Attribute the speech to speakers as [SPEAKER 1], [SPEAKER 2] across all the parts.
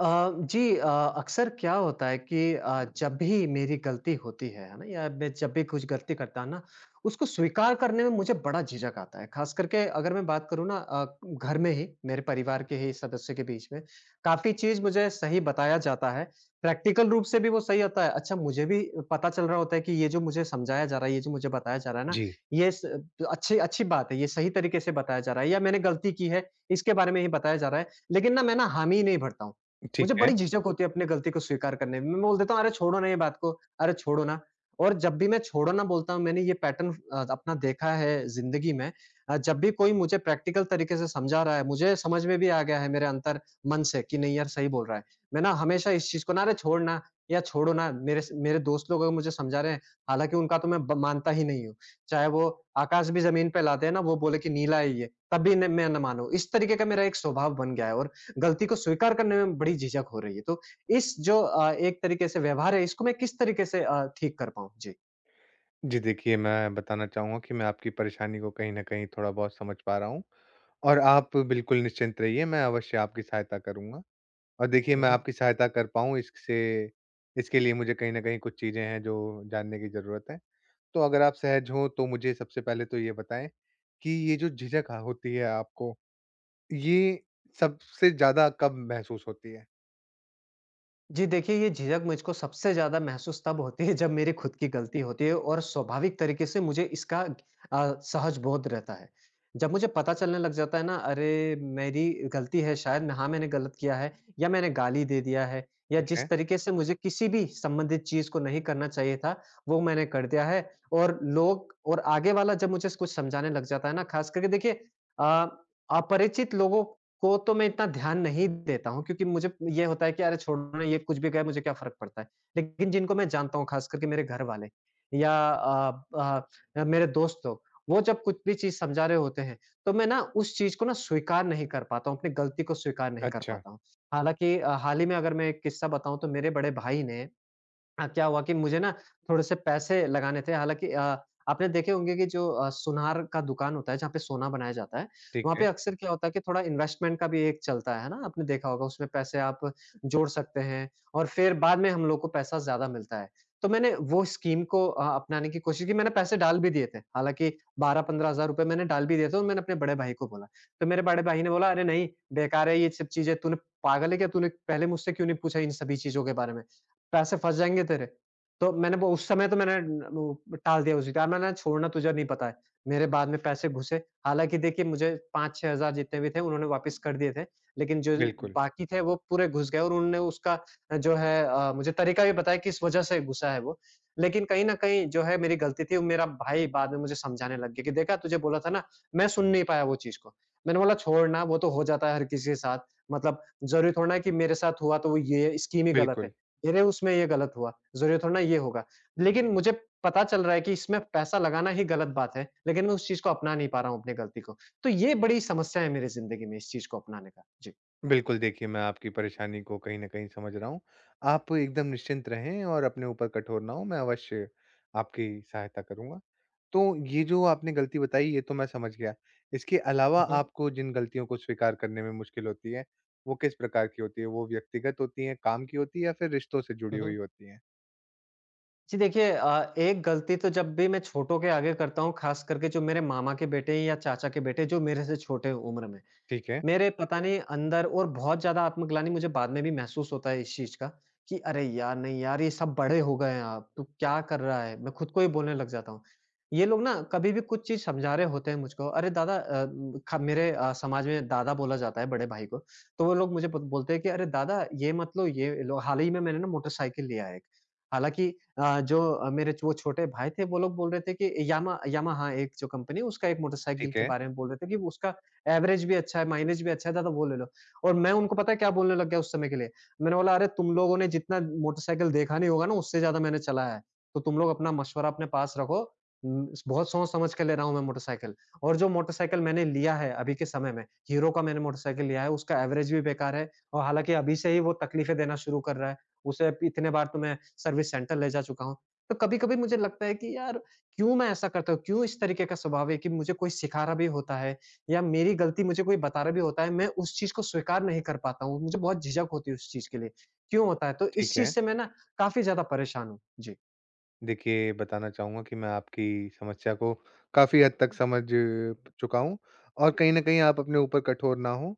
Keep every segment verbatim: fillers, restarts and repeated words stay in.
[SPEAKER 1] अ, जी अ, अक्सर क्या होता है कि अ, जब भी मेरी गलती होती है, है ना? या मैं जब भी कुछ गलती करता हूँ ना, उसको स्वीकार करने में मुझे बड़ा झिझक आता है। ख़ास करके अगर मैं बात करूँ ना अ, घर में ही, मेरे परिवार के ही सदस्य के बीच में, काफ़ी चीज़ मुझे सही बताया जाता है, प्रैक्टिकल रूप से भी वो सही होता है। अच्छा मुझे भी पता चल रहा होता है कि ये जो मुझे समझाया जा रहा है, ये जो मुझे बताया जा रहा है ना,
[SPEAKER 2] जी,
[SPEAKER 1] ये स तो अच्छी अच्छी बात है, ये सही तरीके से बताया जा रहा है या मैंने गलती की है, इसके बारे में ही बताया जा रहा है। लेकिन ना मैं ना हामी नहीं भरता हूँ।
[SPEAKER 2] ठीक
[SPEAKER 1] मुझे
[SPEAKER 2] है।
[SPEAKER 1] बड़ी झिझक होती है अपनी गलती को स्वीकार करने में। मैं बोल देता हूँ अरे छोड़ो ना ये बात को, अरे छोड़ो ना। और जब भी मैं छोड़ो ना बोलता हूँ मैंने ये पैटर्न अ, अपना देखा है ज़िंदगी में। अ, जब भी कोई मुझे प्रैक्टिकल तरीके से समझा रहा है, मुझे समझ में भी आ गया है मेरे अंतर मन से कि नहीं यार सही बोल रहा है। मैं ना हमेशा इस चीज़ को ना अरे छोड़ ना या छोड़ो ना मेरे स मेरे दोस्त लोग अगर मुझे समझा रहे हैं, हालाँकि उनका तो मैं ब मानता ही नहीं हूँ। चाहे वो आकाश भी ज़मीन पे लाते हैं ना वो बोले कि नीला है ये, तब भी न मैं ना मानूँ। इस तरीके का मेरा एक स्वभाव बन गया है और गलती को स्वीकार करने में बड़ी झिझक हो रही है। तो इस जो अ, एक तरीके से व्यवहार है इसको मैं किस तरीके से अ, ठीक कर पाऊँ?
[SPEAKER 2] जी, देखिए, मैं बताना चाहूँगा कि मैं आपकी परेशानी को कहीं न कहीं थोड़ा-बहुत समझ पा रहा हूँ और आप बिल्कुल निश्चिंत रहिए, मैं अवश्य आपकी सहायता करूँगा। और देखिए, मैं
[SPEAKER 1] जी।
[SPEAKER 2] आपकी सहायता कर पाऊँ इससे इसके लिए मुझे कहीं न कहीं कुछ चीज़ें हैं जो जानने की ज़रूरत है। तो अगर आप सहज हों तो मुझे सबसे पहले तो ये बताएँ कि ये जो झिझक ह होती है आपको, ये सबसे ज़्यादा कब महसूस होती है?
[SPEAKER 1] जी देखिए, ये झिझक मुझको सबसे ज़्यादा महसूस तब होती है जब मेरी खुद की गलती होती है और स्वाभाविक तरीके से मुझे इसका अ, सहज बोध रहता है। जब मुझे पता चलने लग जाता है ना अरे! मेरी गलती है शायद मैं हाँ, मैंने गलत किया है या मैंने गाली दे दिया है या
[SPEAKER 2] ठीक
[SPEAKER 1] जिस
[SPEAKER 2] है।
[SPEAKER 1] तरीके से मुझे किसी भी संबंधित चीज़ को नहीं करना चाहिए था, वो मैंने कर दिया है और लोग और आगे वाला जब मुझे कुछ समझाने लग जाता है ना, ख़ास करके देखिए अ, अपरिचित लोगों को तो मैं इतना ध्यान नहीं देता हूँ क्योंकि मुझे ये होता है कि अरे छोड़ो ना ये कुछ भी कहे मुझे क्या फ़र्क पड़ता है। लेकिन जिनको मैं जानता हूँ ख़ास करके मेरे घर वाले या अ, अ, मेरे दोस्त लोग, वो जब कुछ भी चीज़ समझा रहे होते हैं, तो मैं ना उस चीज़ को ना स्वीकार नहीं कर पाता हूँ, अपनी गलती को स्वीकार नहीं कर
[SPEAKER 2] अच्छा,
[SPEAKER 1] पाता हूँ। हालाँकि अ, हाल ही में अगर मैं एक किस्सा बताऊँ तो मेरे बड़े भाई ने हाँ, क्या हुआ कि मुझे ना थोड़े से पैसे लगाने थे हालाँकि अ, आपने देखे होंगे कि जो अ, सुनार का दुकान होता है जहाँ पे सोना बनाया जाता है,
[SPEAKER 2] ठीक
[SPEAKER 1] वहाँ
[SPEAKER 2] है।
[SPEAKER 1] पे अक्सर क्या होता है कि थोड़ा इन्वेस्टमेंट का भी एक चलता है, है ना? आपने देखा होगा उसमें पैसे आप जोड़ सकते हैं और फिर बाद में हम लोग को पैसा ज़्यादा मिलता है। तो मैंने वो स्कीम को अ, अपनाने की कोशिश की मैंने पैसे डाल भी दिए थे, हालाँकि बारह पंद्रह हज़ार रुपए मैंने डाल भी दिए थे और मैंने अपने बड़े भाई को बोला। तो मेरे बड़े भाई ने बोला, "अरे नहीं, बेकार है ये सब चीज़ें, तूने पागल है क्या? तूने पहले मुझसे क्यों नहीं पूछा इन सभी चीज़ों के बारे में? पैसे फँस जाएँगे तेरे।" तो मैंने वो उस समय तो मैंने न वो टाल दिया उसी का मैंने छोड़ना तुझे नहीं पता है। मेरे बाद में पैसे घुसे, हालाँकि देखिए मुझे पाँच छह हज़ार जितने भी थे उन्होंने वापस कर दिए थे, लेकिन जो
[SPEAKER 2] बिल्कुल,
[SPEAKER 1] बाकी थे वो पूरे घुस गए और उन्होंने उसका अ, जो है अ, मुझे तरीका भी बताया किस वजह से घुसा है वो। लेकिन कहीं न कहीं जो है मेरी गलती थी, वो मेरा भाई बाद में मुझे समझाने लग गया कि देखा तुझे बोला था ना, मैं सुन नहीं पाया वो चीज़ को। मैंने बोला छोड़ ना वो तो हो जाता है हर किसी के साथ, मतलब ज़रूरी थोड़ा ना है कि मेरे साथ हुआ तो वो ये स्कीम ही गलत है।
[SPEAKER 2] बिल्कुल।
[SPEAKER 1] अरे! उसमें ये गलत हुआ, ज़रूरत हो ना ये होगा। लेकिन मुझे पता चल रहा है कि इसमें पैसा लगाना ही गलत बात है, लेकिन मैं उस चीज़ को अपना नहीं पा रहा हूँ अपनी गलती को। तो ये बड़ी समस्या है मेरी ज़िंदगी में इस चीज़ को अपनाने का। जी।
[SPEAKER 2] बिल्कुल, देखिए, मैं आपकी परेशानी को कहीं न कहीं समझ रहा हूँ। आप एकदम निश्चिंत रहें और अपने ऊपर कठोर ना हों, मैं अवश्य आपकी सहायता करूँगा। तो ये जो आपने गलती बताई, ये तो मैं समझ गया। इसके अलावा
[SPEAKER 1] हुँ, हुँ।
[SPEAKER 2] आपको जिन गलतियों को स्वीकार करने में मुश्किल होती है, वो किस प्रकार की होती है? वो व्यक्तिगत होती हैं, काम की होती है या फिर रिश्तों से जुड़ी
[SPEAKER 1] हुँ, हुँ।
[SPEAKER 2] हुई होती हैं?
[SPEAKER 1] जी, देखिए अ, एक गलती तो जब भी मैं छोटों के आगे करता हूँ, ख़ास करके जो मेरे मामा के बेटे या चाचा के बेटे जो मेरे से छोटे उम्र में।
[SPEAKER 2] ठीक है,
[SPEAKER 1] मेरे पता नहीं अंदर और बहुत ज़्यादा आत्मग्लानि मुझे बाद में भी महसूस होता है इस चीज़ का कि अरे यार! नहीं यार, ये सब बड़े हो गए हैं आप, तू क्या कर रहा है? मैं खुद को ही बोलने लग जाता हूँ। ये लोग ना कभी भी कुछ चीज़ समझा रहे होते हैं मुझको, अरे दादा अ, म, ख मेरे अ, समाज में दादा बोला जाता है बड़े भाई को, तो वो लोग मुझे ब बोलते हैं कि अरे दादा ये मत लो, ये लो। हाल ही में मैंने ना मोटरसाइकिल लिया है एक। हालाँकि अ, जो अ, मेरे जो- वो छोटे भाई थे, वो लोग बोल रहे थे कि यामा यामाहा एक जो कंपनी है उसका एक मोटरसाइकिल
[SPEAKER 2] ठीक
[SPEAKER 1] के
[SPEAKER 2] है,
[SPEAKER 1] बारे में बोल रहे थे कि वो उसका एवरेज भी अच्छा है, माइलेज भी अच्छा है, ज़्यादा वो ले लो। और मैं उनको पता है क्या बोलने लग गया उस समय के लिए? मैंने बोला, "अरे! तुम लोगों ने जितना मोटरसाइकिल देखा नहीं होगा ना, उससे ज़्यादा मैंने चलाया है। तो तुम लोग अपना मशवरा अपने पास रखो। उम, बहुत सोच-समझ के ले रहा हूँ मैं मोटरसाइकिल और जो मोटरसाइकिल मैंने लिया है अभी के समय में, हीरो का मैंने मोटरसाइकिल लिया है, उसका एवरेज भी बेकार है और हालाँकि अभी से ही वो तकलीफ़ें देना शुरू कर रहा है। उसे इतने बार तो मैं सर्विस सेंटर ले जा चुका हूँ।" तो कभी-कभी मुझे लगता है कि यार, क्यों मैं ऐसा करता हूँ? क्यों इस तरीके का स्वभाव है कि मुझे कोई सिखा रहा भी होता है या मेरी गलती मुझे कोई बता रहा भी होता है, मैं उस चीज़ को स्वीकार नहीं कर पाता हूँ, मुझे बहुत झिझक होती है उस चीज़ के लिए। क्यों होता है? तो इस
[SPEAKER 2] ठीक
[SPEAKER 1] चीज़
[SPEAKER 2] है।
[SPEAKER 1] से मैं ना काफ़ी ज़्यादा परेशान हूँ। जी।
[SPEAKER 2] देखिए, बताना चाहूँगा कि मैं आपकी समस्या को काफ़ी हद तक समझ चुका हूँ और कहीं न कहीं आप अपने ऊपर कठोर ना हों,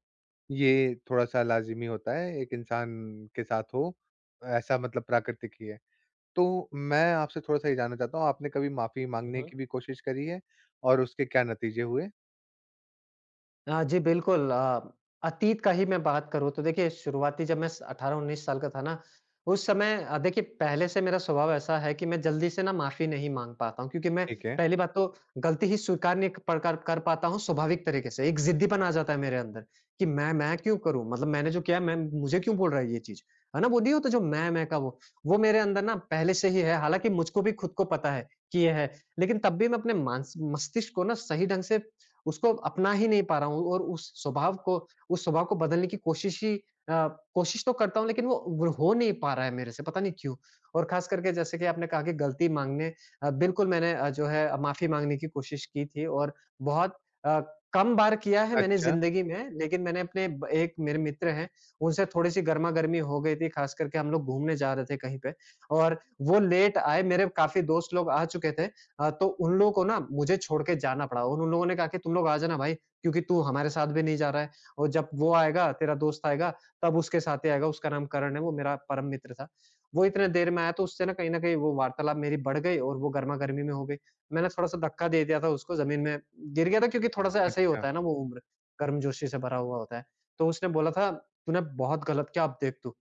[SPEAKER 2] ये थोड़ा-सा लाज़िमी होता है, एक इंसान के साथ हो, ऐसा मतलब प्राकृतिक ही है। तो मैं आपसे थोड़ा-सा ये जानना चाहता हूँ, आपने कभी माफ़ी
[SPEAKER 1] हुँ,
[SPEAKER 2] माँगने
[SPEAKER 1] हुँ।
[SPEAKER 2] की भी कोशिश करी है और उसके क्या नतीजे हुए?
[SPEAKER 1] अ, जी बिल्कुल अ, अतीत का ही मैं बात करूँ तो देखिए शुरुआती जब मैं स अठारह उन्नीस साल का था ना, उस समय अ, देखिए पहले से मेरा स्वभाव ऐसा है कि मैं जल्दी से ना माफ़ी नहीं माँग पाता हूँ क्योंकि मैं
[SPEAKER 2] ठीक है।
[SPEAKER 1] पहली बात तो गलती ही स्वीकार नहीं क पर कर कर पाता हूँ स्वाभाविक तरीके से। एक ज़िद्दीपन आ जाता है मेरे अंदर कि मैं मैं क्यों करूँ? मतलब मैंने जो किया मैं मुझे क्यों बोल रहा है ये चीज़? है ना? वो नहीं होता जो मैं-मैं का वो, वो मेरे अंदर ना पहले से ही है हालाँकि मुझको भी खुद को पता है कि ये है। लेकिन तब भी मैं अपने मानस मस्तिष्क को ना सही ढंग से उसको अपना ही नहीं पा रहा हूँ और उस स्वभाव को उस स्वभाव को बदलने की कोशिश ही अ, कोशिश तो करता हूँ लेकिन वो वो हो नहीं पा रहा है मेरे से, पता नहीं क्यों? और ख़ास करके जैसे कि आपने कहा कि गलती माँगने अ, बिल्कुल मैंने अ, जो है अ, माफ़ी माँगने की कोशिश की थी और बहुत अ, कम बार किया है मैंने
[SPEAKER 2] अच्छा,
[SPEAKER 1] ज़िंदगी में, लेकिन मैंने अपने ब एक मेरे मित्र हैं, उनसे थोड़ी-सी गरमा-गर्मी हो गई थी, ख़ास करके हम लोग घूमने जा रहे थे कहीं पे और वो लेट आए, मेरे काफ़ी दोस्त लोग आ चुके थे। अ, तो उन लोगों को ना मुझे छोड़ के जाना पड़ा और उन लोगों ने कहा कि तुम लोग आ जाना भाई क्योंकि तू हमारे साथ भी नहीं जा रहा है और जब वो आएगा तेरा दोस्त आएगा तब उसके साथ ही आएगा। उसका नाम करण है, वो मेरा परम मित्र था। वो इतने देर में आया तो उससे ना कहीं न कहीं वो वार्तालाप मेरी बढ़ गई और वो गर्मा-गर्मी में हो गई। मैंने थोड़ा-सा धक्का दे दिया था उसको ज़मीन में गिर गया था क्योंकि थोड़ा-सा ऐसा ही
[SPEAKER 2] अच्छा।
[SPEAKER 1] होता है ना वो उम्र गर्मजोशी से भरा हुआ होता है। तो उसने बोला था, "तूने बहुत गलत किया अब देख तू।"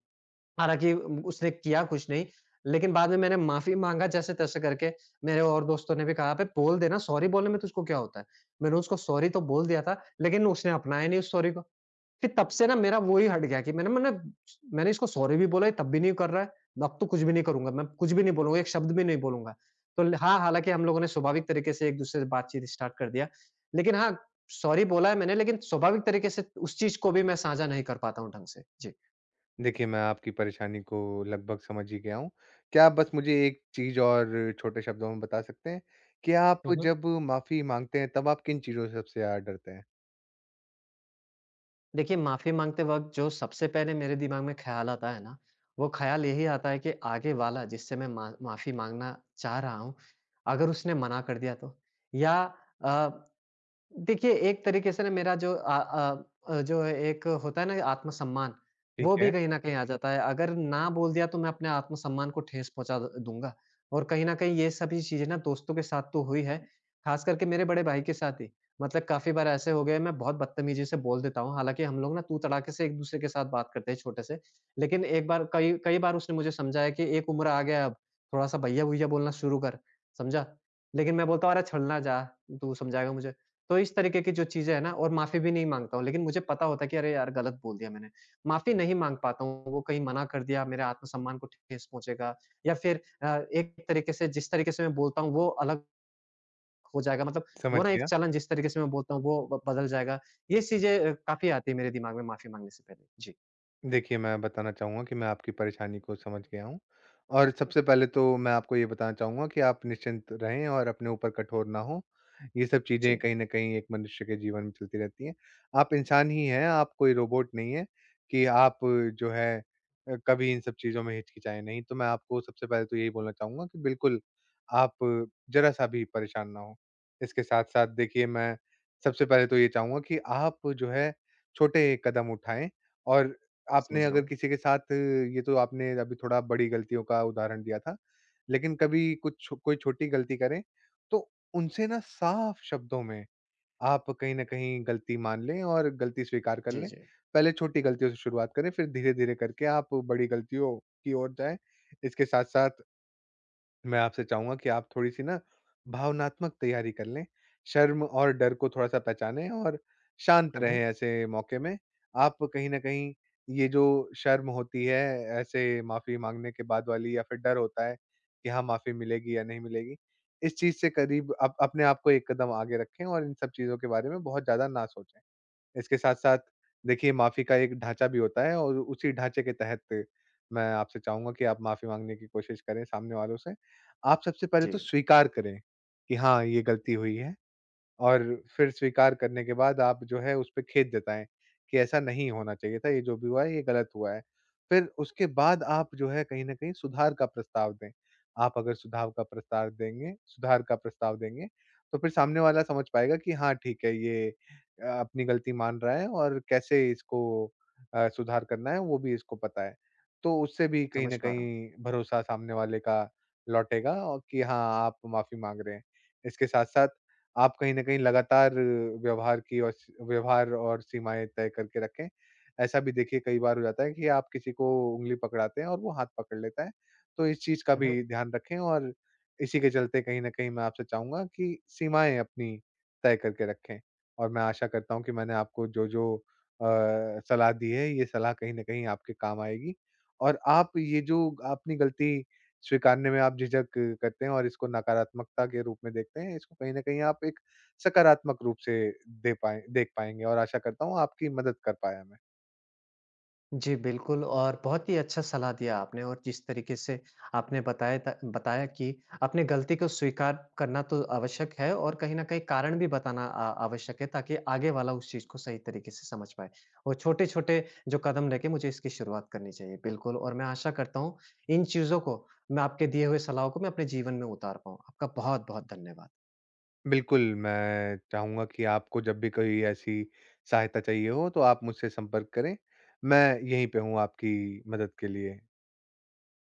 [SPEAKER 1] हालाँकि उम, उसने किया कुछ नहीं, लेकिन बाद में मैंने माफ़ी माँगा जैसे-तैसे करके, मेरे और दोस्तों ने भी कहा, "अबे बोल देना, सॉरी बोलने में तुझको क्या होता है?" मैंने उसको सॉरी तो बोल दिया था, लेकिन उसने अपनाया नहीं उस सॉरी को। फिर तब से ना मेरा वो ही हट गया कि मैंने मैंने मैंने इसको सॉरी भी बोला, ये तब भी नहीं कर रहा है, अब तो कुछ भी नहीं करूँगा, मैं कुछ भी नहीं बोलूँगा, एक शब्द भी नहीं बोलूँगा। तो ल हाँ, हालाँकि हम लोगों ने स्वाभाविक तरीके से एक-दूसरे से बातचीत स्टार्ट कर दिया, लेकिन हाँ, सॉरी बोला है मैंने, लेकिन स्वाभाविक तरीके से उस चीज़ को भी मैं साझा नहीं कर पाता हूँ ढंग से।
[SPEAKER 2] देखिए, मैं आपकी परेशानी को लगभग समझ ही गया हूँ। क्या आप बस मुझे एक चीज़ और छोटे शब्दों में बता सकते हैं कि आप
[SPEAKER 1] जी।
[SPEAKER 2] जब माफ़ी माँगते हैं, तब आप किन चीज़ों से सबसे ज़्यादा डरते हैं?
[SPEAKER 1] देखिए, माफ़ी माँगते वक़्त जो सबसे पहले मेरे दिमाग में ख़्याल आता है ना, वो ख़्याल यही आता है कि आगे वाला जिससे मैं मा माफ़ी माँगना चाह रहा हूँ, अगर उसने मना कर दिया तो? या अ, देखिए, एक तरीके से ना मेरा जो अ अ अ, जो एक होता है ना आत्मसम्मान,
[SPEAKER 2] ठीक
[SPEAKER 1] वो भी
[SPEAKER 2] है,
[SPEAKER 1] कहीं न कहीं आ जाता है। अगर ना बोल दिया तो मैं अपने आत्मसम्मान को ठेस पहुँचा द दूँगा और कहीं न कहीं ये सभी चीज़ें ना दोस्तों के साथ तो हुई है, ख़ास करके मेरे बड़े भाई के साथ ही। मतलब काफ़ी बार ऐसे हो गए मैं बहुत बदतमीज़ी से बोल देता हूँ, हालाँकि हम लोग ना तू-तड़ाके से एक-दूसरे के साथ बात करते हैं छोटे से। लेकिन एक बार कई कई बार उसने मुझे समझाया कि एक उम्र आ गया है अब, थोड़ा-सा भैया-भूइया बोलना शुरू कर, समझा? लेकिन मैं बोलता हूँ, "अरे! छलना जा, तू समझाएगा मुझे।" तो इस तरीके की जो चीज़ें हैं ना और माफ़ी भी नहीं माँगता हूँ, लेकिन मुझे पता होता है कि अरे यार गलत बोल दिया मैंने। माफ़ी नहीं माँग पाता हूँ, वो कहीं मना कर दिया, मेरे आत्मसम्मान को ठेस पहुँचेगा या फिर अ, एक तरीके से जिस तरीके से मैं बोलता हूँ वो अलग हो जाएगा मतलब
[SPEAKER 2] समझ
[SPEAKER 1] वो ना एक
[SPEAKER 2] गया।
[SPEAKER 1] चलन जिस तरीके से मैं बोलता हूँ वो ब बदल जाएगा। ये चीज़ें अ, काफ़ी आती है मेरे दिमाग में माफ़ी माँगने से पहले। जी,
[SPEAKER 2] देखिए, मैं बताना चाहूँगा कि मैं आपकी परेशानी को समझ गया हूँ। और सबसे पहले तो मैं आपको ये बताना चाहूँगा कि आप निश्चिंत रहें और अपने ऊपर कठोर ना हों। ये सब चीज़ें
[SPEAKER 1] जी,
[SPEAKER 2] कहीं न कहीं एक मनुष्य के जीवन में चलती रहती हैं। आप इंसान ही हैं, आप कोई रोबोट नहीं हैं कि आप जो है अ, कभी इन सब चीज़ों में हिचकिचाएँ नहीं। तो मैं आपको सबसे पहले तो यही बोलना चाहूँगा कि बिल्कुल आप ज़रा-सा भी परेशान ना हों। इसके साथ-साथ देखिए, मैं सबसे पहले तो ये चाहूँगा कि आप जो है छोटे कदम उठाएँ। और आपने
[SPEAKER 1] समझ रहा
[SPEAKER 2] अगर
[SPEAKER 1] हूँ।
[SPEAKER 2] किसी के साथ ये तो आपने अभी थोड़ा बड़ी गलतियों का उदाहरण दिया था, लेकिन कभी कुछ छो- कोई छोटी गलती करें, तो उनसे ना साफ शब्दों में आप कहीं न कहीं गलती मान लें और गलती स्वीकार कर
[SPEAKER 1] जी,
[SPEAKER 2] लें।
[SPEAKER 1] जी।
[SPEAKER 2] पहले छोटी गलतियों से शुरुआत करें, फिर धीरे-धीरे करके आप बड़ी गलतियों की ओर जाएँ। इसके साथ-साथ मैं आपसे चाहूँगा कि आप थोड़ी-सी ना भावनात्मक तैयारी कर लें। शर्म और डर को थोड़ा-सा पहचानें और शांत
[SPEAKER 1] हुँ,
[SPEAKER 2] रहें
[SPEAKER 1] हुँ।
[SPEAKER 2] ऐसे मौके में। आप कहीं न कहीं ये जो शर्म होती है, ऐसे माफ़ी माँगने के बाद वाली, या फिर डर होता है कि हाँ, माफ़ी मिलेगी या नहीं मिलेगी, इस चीज़ से करीब आप अपने आप को एक कदम आगे रखें और इन सब चीज़ों के बारे में बहुत ज़्यादा ना सोचें। इसके साथ-साथ देखिए, माफ़ी का एक ढाँचा भी होता है और उसी ढाँचे के तहत मैं आपसे चाहूँगा कि आप माफ़ी माँगने की कोशिश करें सामने वालों से। आप सबसे पहले तो
[SPEAKER 1] जी,
[SPEAKER 2] स्वीकार करें कि हाँ, ये गलती हुई है। और फिर स्वीकार करने के बाद आप जो है उस पे खेद जताएँ कि ऐसा नहीं होना चाहिए था, ये जो भी हुआ है ये गलत हुआ है। फिर उसके बाद आप जो है कहीं न कहीं सुधार का प्रस्ताव दें। आप अगर सुधाव का प्रस्ताव देंगे सुधार का प्रस्ताव देंगे, तो फिर सामने वाला समझ पाएगा कि हाँ, ठीक है, ये अ, अपनी गलती मान रहा है और कैसे इसको अ, सुधार करना है वो भी इसको पता है। तो उससे भी कहीं
[SPEAKER 1] समझ
[SPEAKER 2] न
[SPEAKER 1] पा रहा हूँ।
[SPEAKER 2] कहीं भरोसा सामने वाले का लौटेगा और कि हाँ, आप माफ़ी माँग रहे हैं। इसके साथ-साथ आप कहीं न कहीं लगातार व्यवहार की और स व्यवहार और सीमाएँ तय करके रखें। ऐसा भी देखिए, कई बार हो जाता है कि आप किसी को उँगली पकड़ाते हैं और वो हाथ पकड़ लेता है। तो इस चीज़ का
[SPEAKER 1] हुँ, हुँ।
[SPEAKER 2] भी ध्यान रखें और इसी के चलते कहीं न कहीं मैं आपसे चाहूँगा कि सीमाएँ अपनी तय करके रखें। और मैं आशा करता हूँ कि मैंने आपको जो-जो अ, सलाह दी है, ये सलाह कहीं न कहीं आपके काम आएगी। और आप ये जो अपनी गलती स्वीकारने में आप झिझक करते हैं और इसको नकारात्मकता के रूप में देखते हैं, इसको कहीं न कहीं आप एक सकारात्मक रूप से दे पाएँ देख पाएँगे और आशा करता हूँ आपकी मदद कर पाया मैं।
[SPEAKER 1] जी, बिल्कुल और बहुत ही अच्छा सलाह दिया आपने और जिस तरीके से आपने बताया था बताया कि अपनी गलती को स्वीकार करना तो आवश्यक है और कहीं न कहीं कारण भी बताना अ, आवश्यक है ताकि आगे वाला उस चीज़ को सही तरीके से समझ पाए। और छोटे-छोटे जो कदम लेके मुझे इसकी शुरुआत करनी चाहिए, बिल्कुल और मैं आशा करता हूँ इन चीज़ों को मैं आपके दिए हुए सलाह को मैं अपने जीवन में उतार पाऊँ। आपका बहुत-बहुत धन्यवाद।
[SPEAKER 2] बिल्कुल, मैं चाहूँगा कि आपको जब भी कोई ऐसी सहायता चाहिए हो तो आप मुझसे संपर्क करें, मैं यहीं पे हूँ आपकी मदद के लिए।